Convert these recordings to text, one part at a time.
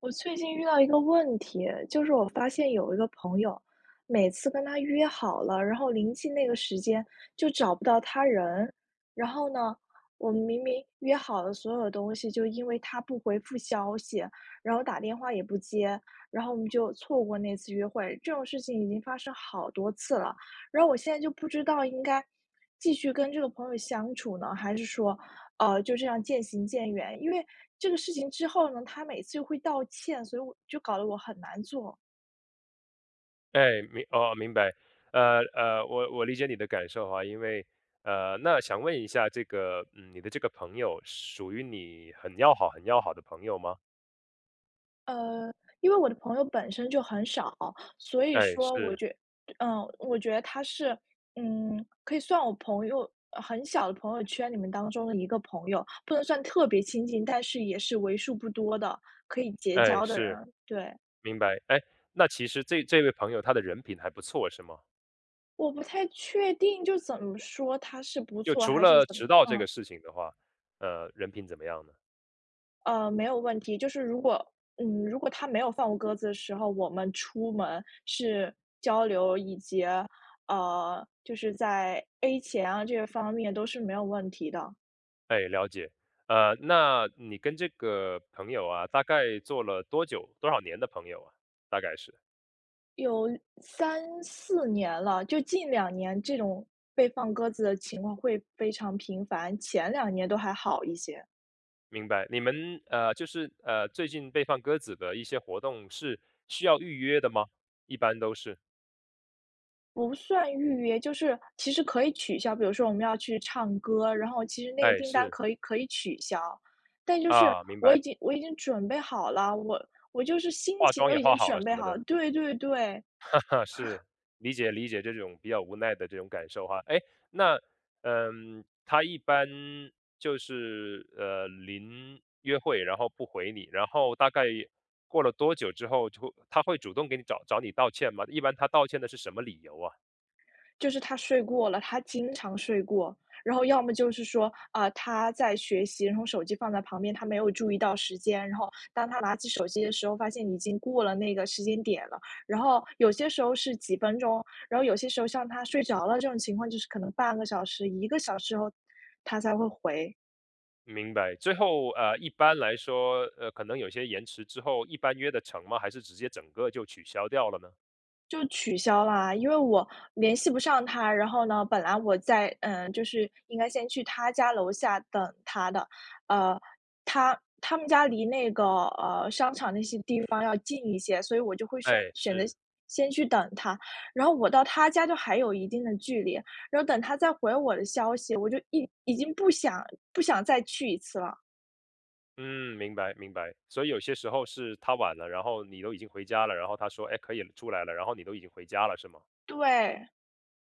我最近遇到一个问题，就是我发现有一个朋友，每次跟他约好了，然后临近那个时间就找不到他人。然后呢，我们明明约好了所有的东西，就因为他不回复消息，然后打电话也不接，然后我们就错过那次约会。这种事情已经发生好多次了，然后我现在就不知道应该继续跟这个朋友相处呢，还是说，就这样渐行渐远？因为这个事情之后呢，他每次又会道歉，所以我就搞得我很难做。哎，明白。我理解你的感受哈，因为那想问一下，这个你的这个朋友属于你很要好、很要好的朋友吗？呃，因为我的朋友本身就很少，所以哎，说是，我觉得他是，可以算我朋友很小的朋友圈里面当中的一个朋友，不能算特别亲近，但是也是为数不多的可以结哎，交的人。是，对。明白。哎，那其实这位朋友他的人品还不错，是吗？我不太确定，就怎么说它是不就错除还是了怎么。迟到这嗯。个事情的话，人品怎么样呢？没有问题。就是如果如果他没有放我鸽子的时候，我们出门是交流以及，就是在 A 钱啊这些方面都是没有问题的。哎，了解。那你跟这个朋友啊，大概做了多久、多少年的朋友啊？大概是。有三四年了，就近2年这种被放鸽子的情况会非常频繁，前2年都还好一些。明白。你们就是最近被放鸽子的一些活动是需要预约的吗？一般都是，不算预约，就是其实可以取消，比如说我们要去唱歌，然后其实那个哎，订单是可以取消。但就是啊，明我已白。经我已经准备好了，我就是心化情妆都也已化经好准了什备么好的，了。对对对。哈，是理解理解这种比较无奈的这种感受哈。哎，那他一般就是临约会然后不回你，然后大概过了多久之后他会主动给你找你道歉吗？一般他道歉的是什么理由啊？就是他睡过了，他经常睡过。然后要么就是说，他在学习，然后手机放在旁边，他没有注意到时间。然后当他拿起手机的时候，发现已经过了那个时间点了。然后有些时候是几分钟，然后有些时候像他睡着了这种情况，就是可能半个小时、1个小时后，他才会回。明白，最后，一般来说，可能有些延迟之后，一般约得成吗？还是直接整个就取消掉了呢？就取消啦，因为我联系不上他。然后呢，本来我在就是应该先去他家楼下等他的。呃，他们家离那个商场那些地方要近一些，所以我就会选哎，选择是，先去等他。然后我到他家就还有一定的距离，然后等他再回我的消息，我就已经不想再去一次了。嗯，明白明白。所以有些时候是他晚了，然后你都已经回家了，然后他说，哎，可以出来了，然后你都已经回家了，是吗？对。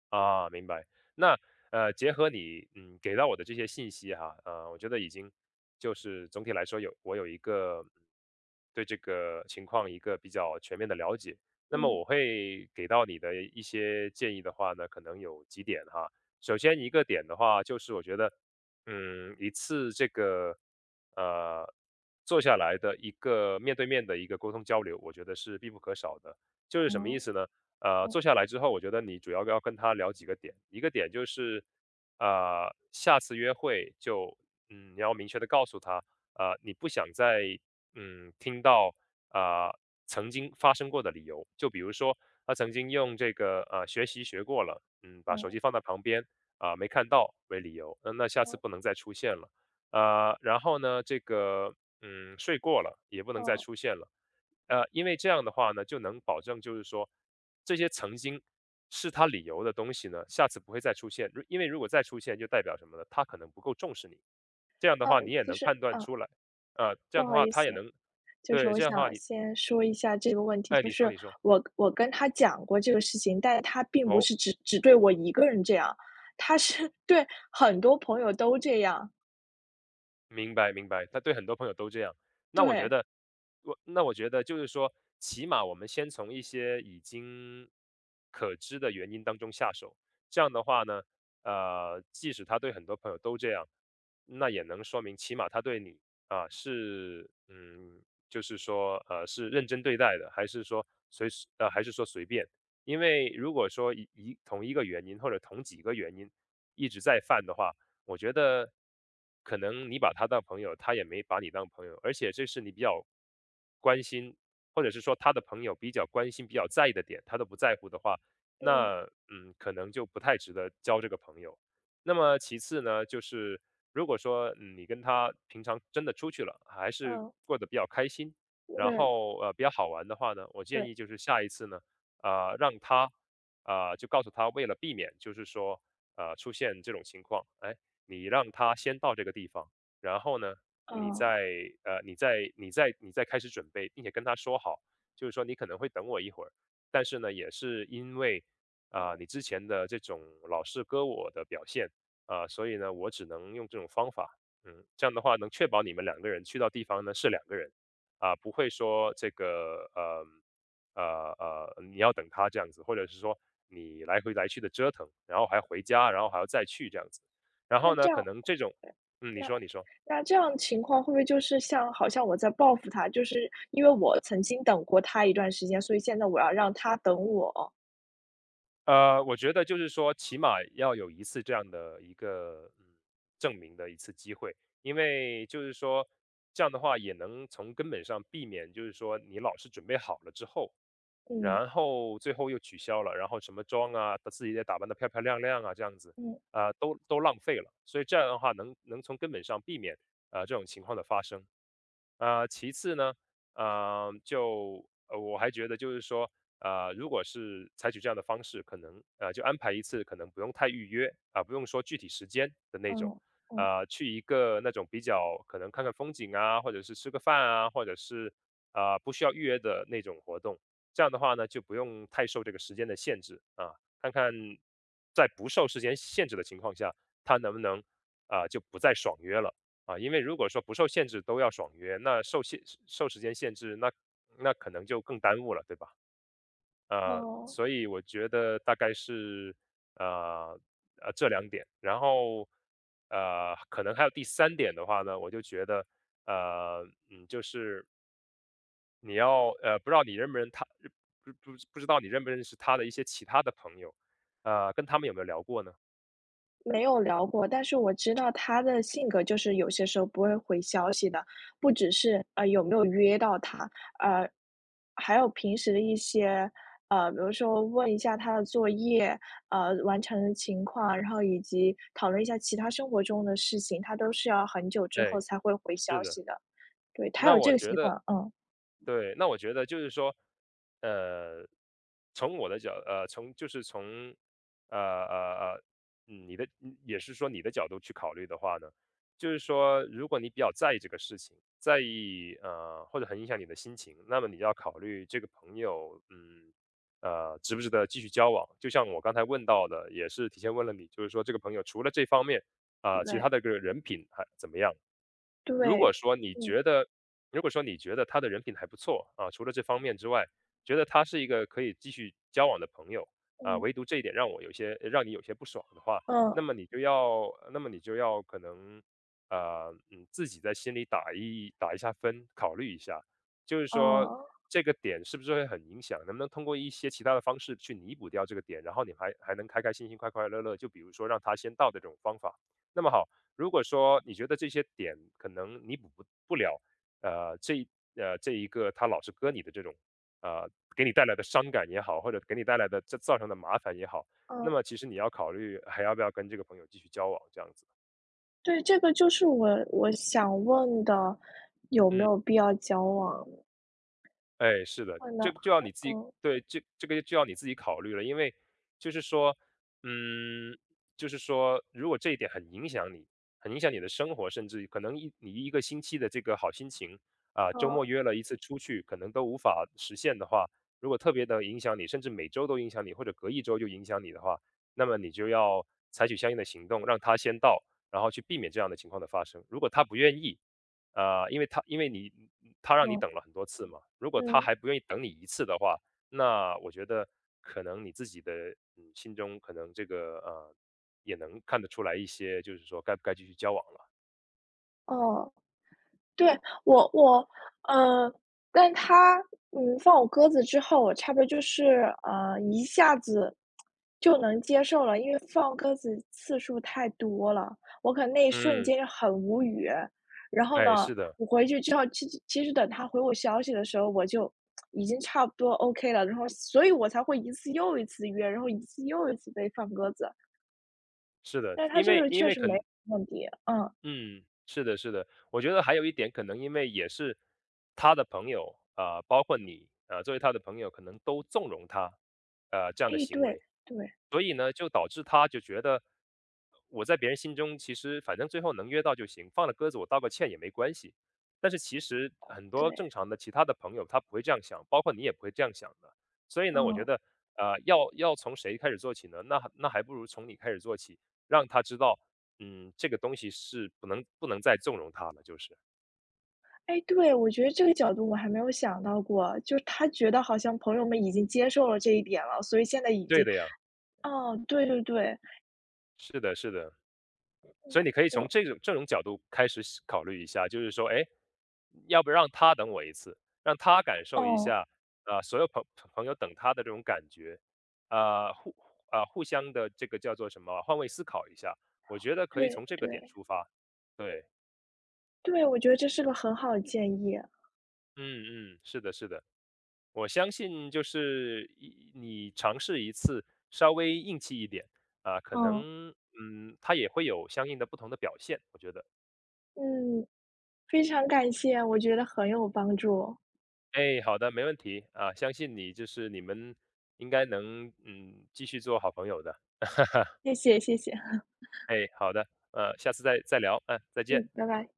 啊，明白。那结合你给到我的这些信息哈，我觉得已经就是总体来说我有一个对这个情况一个比较全面的了解。那么嗯。我会给到你的一些建议的话呢，可能有几点哈。首先一个点的话，就是我觉得一次这个呃坐下来的一个面对面的一个沟通交流，我觉得是必不可少的。就是什么意哦。思呢？哦。坐下来之后，我觉得你主要要跟他聊几个点，一个点就是，下次约会就，你要明确的告诉他，你不想再，听到，啊、曾经发生过的理由，就比如说他曾经用这个，学过了，把手哦。机放在旁边，没看到为理由，那下哦。次不能再出现了，然后呢，这个，睡过了也不能再哦。出现了。因为这样的话呢，就能保证就是说，这些曾经是他理由的东西呢，下次不会再出现。因为如果再出现，就代表什么呢？他可能不够重视你。这样的啊，话，你也其能实判断啊，出来，这不样的好话意他也思，能，就是对，我这样的话想你，先说一下这个问题，哎，就你说，是你说，我跟他讲过这个事情，但他并不哦。是只对我一个人这样。他是 对，很多朋友都这样。明白明白，他对很多朋友都这样。那我觉对。得，那我觉得就是说，起码我们先从一些已经可知的原因当中下手，这样的话呢，即使他对很多朋友都这样，那也能说明起码他对你是就是说是认真对待的，还是说还是说随便？因为如果说同一个原因或者同几个原因一直在犯的话，我觉得可能你把他当朋友，他也没把你当朋友，而且这是你比较关心，或者是说他的朋友比较关心、比较在意的点，他都不在乎的话，嗯。那可能就不太值得交这个朋友。那么其次呢，就是如果说你跟他平常真的出去了，还是嗯。过得比较开心，然对。后比较好玩的话呢，我建对。议就是下一次呢，让他就告诉他，为了避免就是说出现这种情况，哎，你让他先到这个地方，然后呢，你嗯。再你再开始准备，并且跟他说好，就是说你可能会等我一会儿，但是呢，也是因为嗯。你之前的这种老是割我的表现所以呢，我只能用这种方法，这样的话能确保你们两个人去到地方呢是两个人不会说这个你要等他这样子，或者是说你来回来去的折腾，然后还回家，然后还要再去这样子。然那后呢，可能这种你那说你说。这样情况会不会就是像好像我在报复他，就是因为我曾经等过他一段时间，所以现在我要让他等我。我觉得就是说，起码要有一次这样的一个证明的一次机会，因为就是说这样的话也能从根本上避免，就是说你老是准备好了之后，嗯。然后最后又取消了，然后什么妆啊，把自己也打扮得漂漂亮亮啊，这样子，嗯。啊，都浪费了。所以这样的话能从根本上避免这种情况的发生。啊，其次呢，就我还觉得就是说，啊，如果是采取这样的方式，可能就安排一次，可能不用太预约不用说具体时间的那嗯。种，嗯。啊，去一个那种比较可能看看风景啊，或者是吃个饭啊，或者是不需要预约的那种活动。这样的话呢，就不用太受这个时间的限制啊，看看在不受时间限制的情况下，他能不能就不再爽约了啊？因为如果说不受限制都要爽约，那受时间限制，那可能就更耽误了，对吧？哦。所以我觉得大概是呃这两点，然后可能还有第三点的话呢，我就觉得呃就是你要不知道你认不认他不不不知道你认不认识他的一些其他的朋友，跟他们有没有聊过呢？没有聊过，但是我知道他的性格就是有些时候不会回消息的。不只是，有没有约到他，呃，还有平时的一些，比如说问一下他的作业，完成的情况，然后以及讨论一下其他生活中的事情，他都是要很久之后对，才会回是消的，息的。对。他那有这我个觉习得惯。嗯。对，那我觉得就是说，呃，从我的角，呃，从就是从，呃呃呃，你的也是说你的角度去考虑的话呢，就是说，如果你比较在意这个事情，在意或者很影响你的心情，那么你要考虑这个朋友，值不值得继续交往？就像我刚才问到的，也是提前问了你，就是说这个朋友除了这方面，其对。他的这个人品还怎么样？如对。果说你嗯。觉得如果说你觉得他的人品还不错啊，除了这方面之外，觉得他是一个可以继续交往的朋友啊，嗯。唯独这一点让你有些不爽的话，嗯。那么你就要可能自己在心里打一下分，考虑一下，就是说嗯这个点是不是会很影响，能不能通过一些其他的方式去弥补掉这个点，然后你还能开开心心、快快乐乐，就比如说让他先到的这种方法。那么好，如果说你觉得这些点可能弥补不了，呃，这一这一个他老是割你的这种，呃，给你带来的伤感也好，或者给你带来的造成的麻烦也好，那嗯。么其实你要考虑还要不要跟这个朋友继续交往这样子。对，这个就是我想问的，有没嗯。有必要交往？哎，是的，可能。这个就要你自己嗯。对，这个就要你自己考虑了，因为就是说，嗯，就是说，如果这一点很影响你，很影响你的生活，甚至可能你一个星期的这个好心情啊，周末约了一次出去，可能都无法实现的话，如果特别的影响你，甚至每周都影响你，或者隔一周就影响你的话，那么你就要采取相应的行动，让他先到，然后去避免这样的情况的发生。如果他不愿意，因为你他让你嗯。等了很多次嘛，如果嗯。他嗯。还不愿意等你一次的话，那我觉得可能你自己的心中可能这个也能看得出来一些，就是说该不该继续交往了。哦。对。我我呃，但他，放我鸽子之后，我差不多就是，一下子就能接受了，因为放鸽子次数太多了，我可能那一瞬嗯，间就很无语。然后呢，哎，是的，我回去之后，其实等他回我消息的时候，我就已经差不多 OK 了，然后所以我才会一次又一次约，然后一次又一次被放鸽子。是的，但是他因这个为人因确为实可没能问题。嗯。嗯，是的，是的。我觉得还有一点，可能因为也是他的朋友啊、包括你啊、作为他的朋友，可能都纵容他这样的诶。行对。为，对。所以呢，就导致他就觉得我在别人心中其实反正最后能约到就行，放了鸽子我道个歉也没关系。但是其实很多对。正常的其他的朋友他不会这样想，包括你也不会这样想的。所以呢，我觉嗯。得要从谁开始做起呢？那还不如从你开始做起，让他知道这个东西是不能再纵容他了，就是。哎，对，我觉得这个角度我还没有想到过，就是他觉得好像朋友们已经接受了这一点了，所以现在已对经。的呀，哦。对对对。是的是的。所以你可以从我这种角度开始考虑一下，就是说，哎，要不让他等我一次，让他感受一哦。下，啊，所有朋友等他的这种感觉，呃，互互相的这个叫做什么啊，换位思考一下，我觉得可以对从这个点对出发。对，对。我觉得这是个很好的建议。嗯嗯，是的是的。我相信就是你尝试一次，稍微硬气一点啊，可嗯能他也会有相应的不同的表现，我觉得。嗯。非常感谢，我觉得很有帮助。哎，好的，没问题啊，相信就是你们应该能继续做好朋友的。谢谢谢谢。哎，好的，下次再聊，再见。嗯。拜拜。